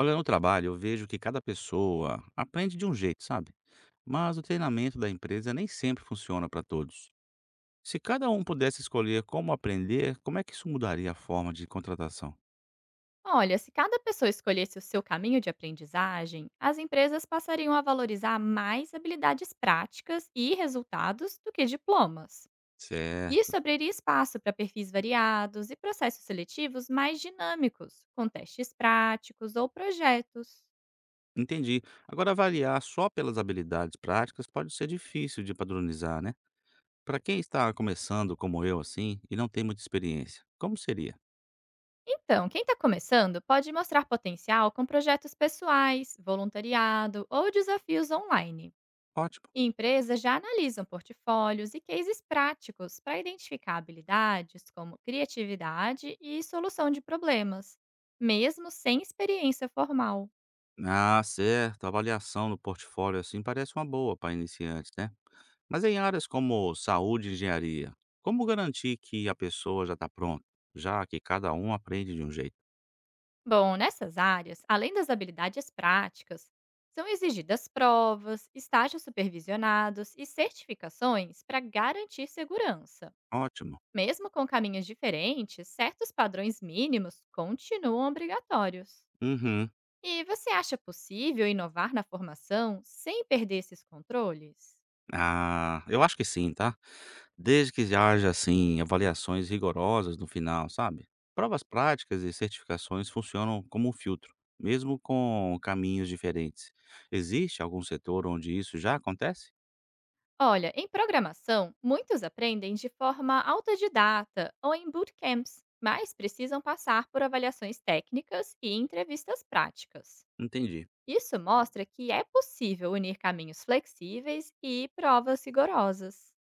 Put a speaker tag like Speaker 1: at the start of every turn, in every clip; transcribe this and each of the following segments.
Speaker 1: Olha, no trabalho, eu vejo que cada pessoa aprende de um jeito, sabe? Mas o treinamento da empresa nem sempre funciona para todos. Se cada um pudesse escolher como aprender, como é que isso mudaria a forma de contratação?
Speaker 2: Olha, se cada pessoa escolhesse o seu caminho de aprendizagem, as empresas passariam a valorizar mais habilidades práticas e resultados do que diplomas.
Speaker 1: Certo.
Speaker 2: Isso abriria espaço para perfis variados e processos seletivos mais dinâmicos, com testes práticos ou projetos.
Speaker 1: Entendi. Agora, avaliar só pelas habilidades práticas pode ser difícil de padronizar, né? Para quem está começando, como eu, assim, e não tem muita experiência, como seria?
Speaker 2: Então, quem está começando pode mostrar potencial com projetos pessoais, voluntariado ou desafios online.
Speaker 1: Ótimo.
Speaker 2: E empresas já analisam portfólios e cases práticos para identificar habilidades como criatividade e solução de problemas, mesmo sem experiência formal.
Speaker 1: Ah, certo. Avaliação no portfólio assim parece uma boa para iniciantes, né? Mas em áreas como saúde e engenharia, como garantir que a pessoa já está pronta, já que cada um aprende de um jeito?
Speaker 2: Bom, nessas áreas, além das habilidades práticas, são exigidas provas, estágios supervisionados e certificações para garantir segurança.
Speaker 1: Ótimo.
Speaker 2: Mesmo com caminhos diferentes, certos padrões mínimos continuam obrigatórios.
Speaker 1: Uhum.
Speaker 2: E você acha possível inovar na formação sem perder esses controles?
Speaker 1: Ah, eu acho que sim, tá? Desde que haja, assim, avaliações rigorosas no final, sabe? Provas práticas e certificações funcionam como um filtro, mesmo com caminhos diferentes. Existe algum setor onde isso já acontece?
Speaker 2: Olha, em programação, muitos aprendem de forma autodidata ou em bootcamps, mas precisam passar por avaliações técnicas e entrevistas práticas.
Speaker 1: Entendi.
Speaker 2: Isso mostra que é possível unir caminhos flexíveis e provas rigorosas.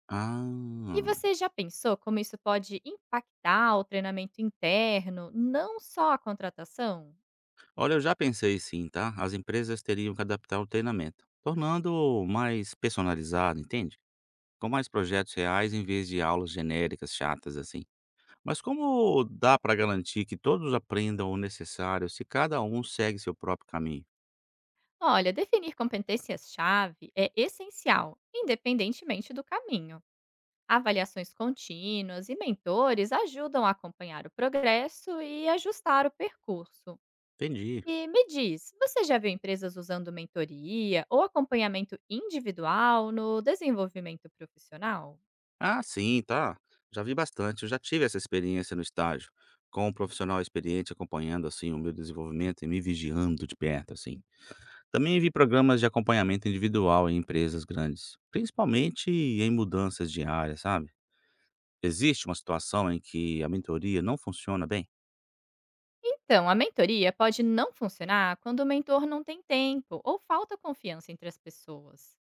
Speaker 2: E
Speaker 1: Ah.
Speaker 2: você já pensou como isso pode impactar o treinamento interno, não só a contratação?
Speaker 1: Olha, eu já pensei sim, tá? As empresas teriam que adaptar o treinamento, tornando mais personalizado, entende? Com mais projetos reais em vez de aulas genéricas chatas assim. Mas como dá para garantir que todos aprendam o necessário se cada um segue seu próprio caminho?
Speaker 2: Olha, definir competências-chave é essencial, independentemente do caminho. Avaliações contínuas e mentores ajudam a acompanhar o progresso e ajustar o percurso.
Speaker 1: Entendi.
Speaker 2: E me diz, você já viu empresas usando mentoria ou acompanhamento individual no desenvolvimento profissional?
Speaker 1: Ah, sim, tá. Já vi bastante, eu já tive essa experiência no estágio, com um profissional experiente acompanhando assim o meu desenvolvimento e me vigiando de perto assim. Também vi programas de acompanhamento individual em empresas grandes, principalmente em mudanças de área, sabe? Existe uma situação em que a mentoria não funciona bem?
Speaker 2: Então, a mentoria pode não funcionar quando o mentor não tem tempo ou falta confiança entre as pessoas.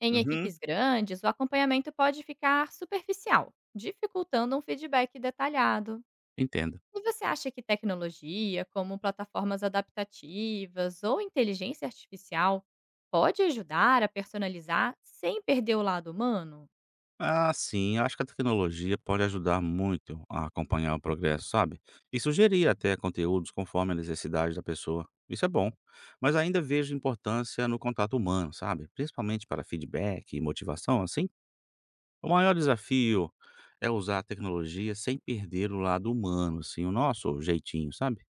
Speaker 2: Em
Speaker 1: Uhum,
Speaker 2: equipes grandes, o acompanhamento pode ficar superficial, dificultando um feedback detalhado.
Speaker 1: entendo.
Speaker 2: E você acha que tecnologia, como plataformas adaptativas ou inteligência artificial, pode ajudar a personalizar sem perder o lado humano?
Speaker 1: Ah, sim, eu acho que a tecnologia pode ajudar muito a acompanhar o progresso, sabe? E sugerir até conteúdos conforme a necessidade da pessoa. Isso é bom, mas ainda vejo importância no contato humano, sabe? Principalmente para feedback e motivação, assim. O maior desafio é usar a tecnologia sem perder o lado humano, assim, o nosso jeitinho, sabe?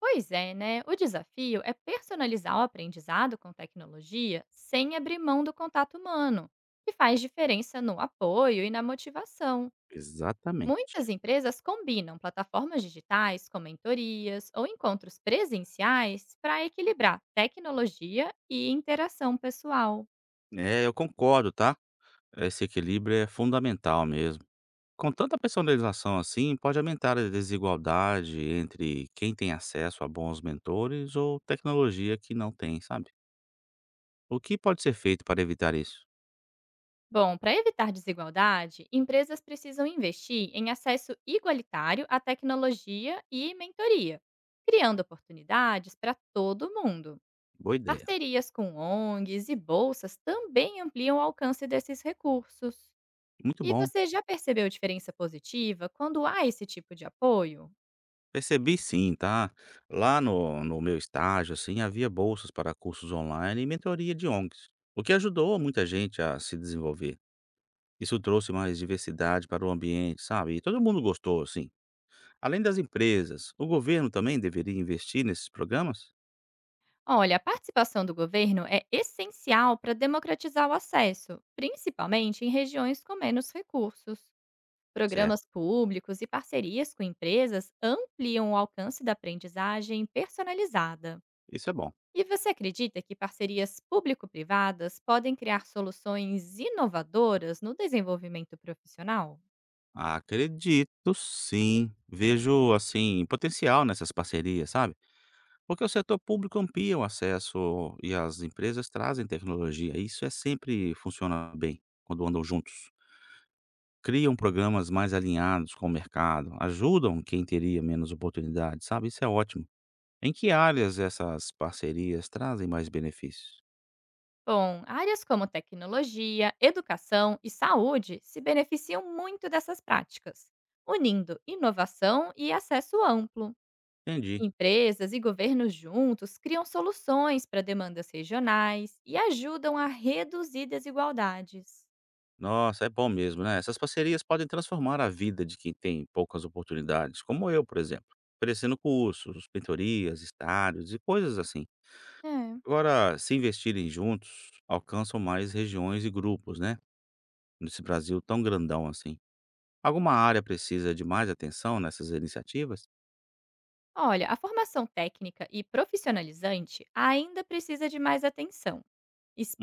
Speaker 2: Pois é, né? O desafio é personalizar o aprendizado com tecnologia sem abrir mão do contato humano, que faz diferença no apoio e na motivação.
Speaker 1: Exatamente.
Speaker 2: Muitas empresas combinam plataformas digitais com mentorias ou encontros presenciais para equilibrar tecnologia e interação pessoal.
Speaker 1: É, eu concordo, tá? Esse equilíbrio é fundamental mesmo. Com tanta personalização assim, pode aumentar a desigualdade entre quem tem acesso a bons mentores ou tecnologia que não tem, sabe? O que pode ser feito para evitar isso?
Speaker 2: Bom, para evitar desigualdade, empresas precisam investir em acesso igualitário à tecnologia e mentoria, criando oportunidades para todo mundo.
Speaker 1: Boa ideia.
Speaker 2: Parcerias com ONGs e bolsas também ampliam o alcance desses recursos.
Speaker 1: Muito
Speaker 2: E
Speaker 1: bom.
Speaker 2: você já percebeu diferença positiva quando há esse tipo de apoio?
Speaker 1: Percebi sim, tá? Lá no meu estágio, assim, havia bolsas para cursos online e mentoria de ONGs, o que ajudou muita gente a se desenvolver. Isso trouxe mais diversidade para o ambiente, sabe? E todo mundo gostou, assim. Além das empresas, o governo também deveria investir nesses programas?
Speaker 2: Olha, a participação do governo é essencial para democratizar o acesso, principalmente em regiões com menos recursos.
Speaker 1: Certo,
Speaker 2: Programas públicos e parcerias com empresas ampliam o alcance da aprendizagem personalizada.
Speaker 1: isso é bom.
Speaker 2: E você acredita que parcerias público-privadas podem criar soluções inovadoras no desenvolvimento profissional?
Speaker 1: Acredito sim. Vejo, assim, potencial nessas parcerias, sabe? Porque o setor público amplia o acesso e as empresas trazem tecnologia. Isso é sempre funciona bem quando andam juntos. Criam programas mais alinhados com o mercado, ajudam quem teria menos oportunidade, sabe? Isso é ótimo. Em que áreas essas parcerias trazem mais benefícios?
Speaker 2: Bom, áreas como tecnologia, educação e saúde se beneficiam muito dessas práticas, unindo inovação e acesso amplo.
Speaker 1: Entendi.
Speaker 2: Empresas e governos juntos criam soluções para demandas regionais e ajudam a reduzir desigualdades.
Speaker 1: Nossa, é bom mesmo, né? Essas parcerias podem transformar a vida de quem tem poucas oportunidades, como eu, por exemplo, oferecendo cursos, mentorias, estádios e coisas assim.
Speaker 2: É.
Speaker 1: Agora, se investirem juntos, alcançam mais regiões e grupos, né? Nesse Brasil tão grandão assim. Alguma área precisa de mais atenção nessas iniciativas?
Speaker 2: Olha, a formação técnica e profissionalizante ainda precisa de mais atenção,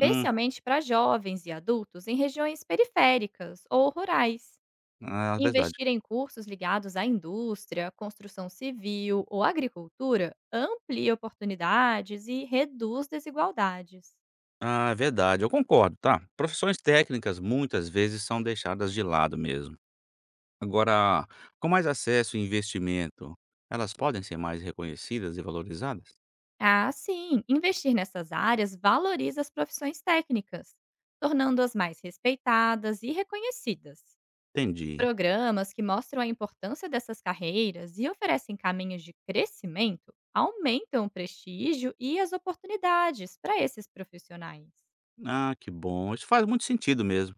Speaker 1: Hum,
Speaker 2: para jovens e adultos em regiões periféricas ou rurais.
Speaker 1: é verdade.
Speaker 2: Investir em cursos ligados à indústria, construção civil ou agricultura amplia oportunidades e reduz desigualdades.
Speaker 1: Ah, é verdade, eu concordo, tá? Profissões técnicas muitas vezes são deixadas de lado mesmo. Agora, com mais acesso e investimento, elas podem ser mais reconhecidas e valorizadas?
Speaker 2: Ah, sim, investir nessas áreas valoriza as profissões técnicas, tornando-as mais respeitadas e reconhecidas.
Speaker 1: Entendi.
Speaker 2: Programas que mostram a importância dessas carreiras e oferecem caminhos de crescimento aumentam o prestígio e as oportunidades para esses profissionais.
Speaker 1: Ah, que bom. Isso faz muito sentido mesmo.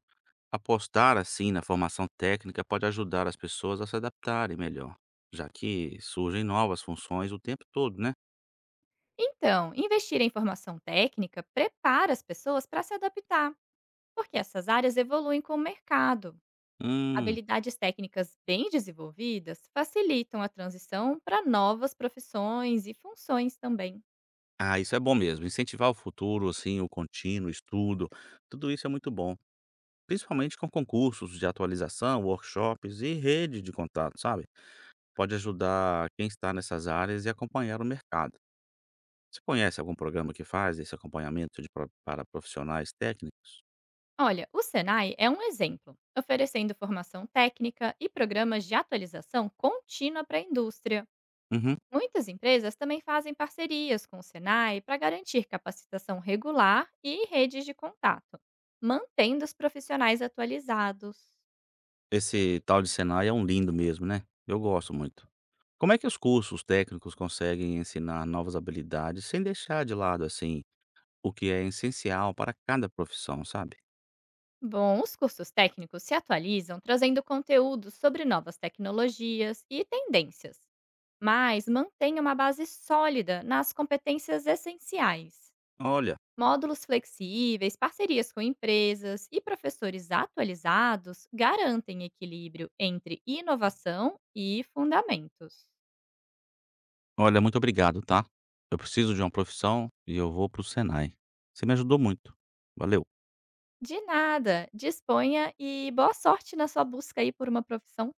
Speaker 1: Apostar assim na formação técnica pode ajudar as pessoas a se adaptarem melhor, já que surgem novas funções o tempo todo, né?
Speaker 2: Então, investir em formação técnica prepara as pessoas para se adaptar, porque essas áreas evoluem com o mercado.
Speaker 1: Hum.
Speaker 2: Habilidades técnicas bem desenvolvidas facilitam a transição para novas profissões e funções também.
Speaker 1: Ah, isso é bom mesmo. Incentivar o futuro, assim, o contínuo, estudo, tudo isso é muito bom. Principalmente com concursos de atualização, workshops e rede de contato, sabe? Pode ajudar quem está nessas áreas e acompanhar o mercado. Você conhece algum programa que faz esse acompanhamento para profissionais técnicos?
Speaker 2: Olha, o Senai é um exemplo, oferecendo formação técnica e programas de atualização contínua para a indústria.
Speaker 1: Uhum.
Speaker 2: Muitas empresas também fazem parcerias com o Senai para garantir capacitação regular e redes de contato, mantendo os profissionais atualizados.
Speaker 1: Esse tal de Senai é um lindo mesmo, né? Eu gosto muito. Como é que os cursos técnicos conseguem ensinar novas habilidades sem deixar de lado, assim, o que é essencial para cada profissão, sabe?
Speaker 2: Bom, os cursos técnicos se atualizam trazendo conteúdos sobre novas tecnologias e tendências, mas mantém uma base sólida nas competências essenciais.
Speaker 1: Olha,
Speaker 2: Módulos flexíveis, parcerias com empresas e professores atualizados garantem equilíbrio entre inovação e fundamentos.
Speaker 1: olha, muito obrigado, tá? Eu preciso de uma profissão e eu vou pro Senai. Você me ajudou muito. Valeu.
Speaker 2: De nada, disponha e boa sorte na sua busca aí por uma profissão.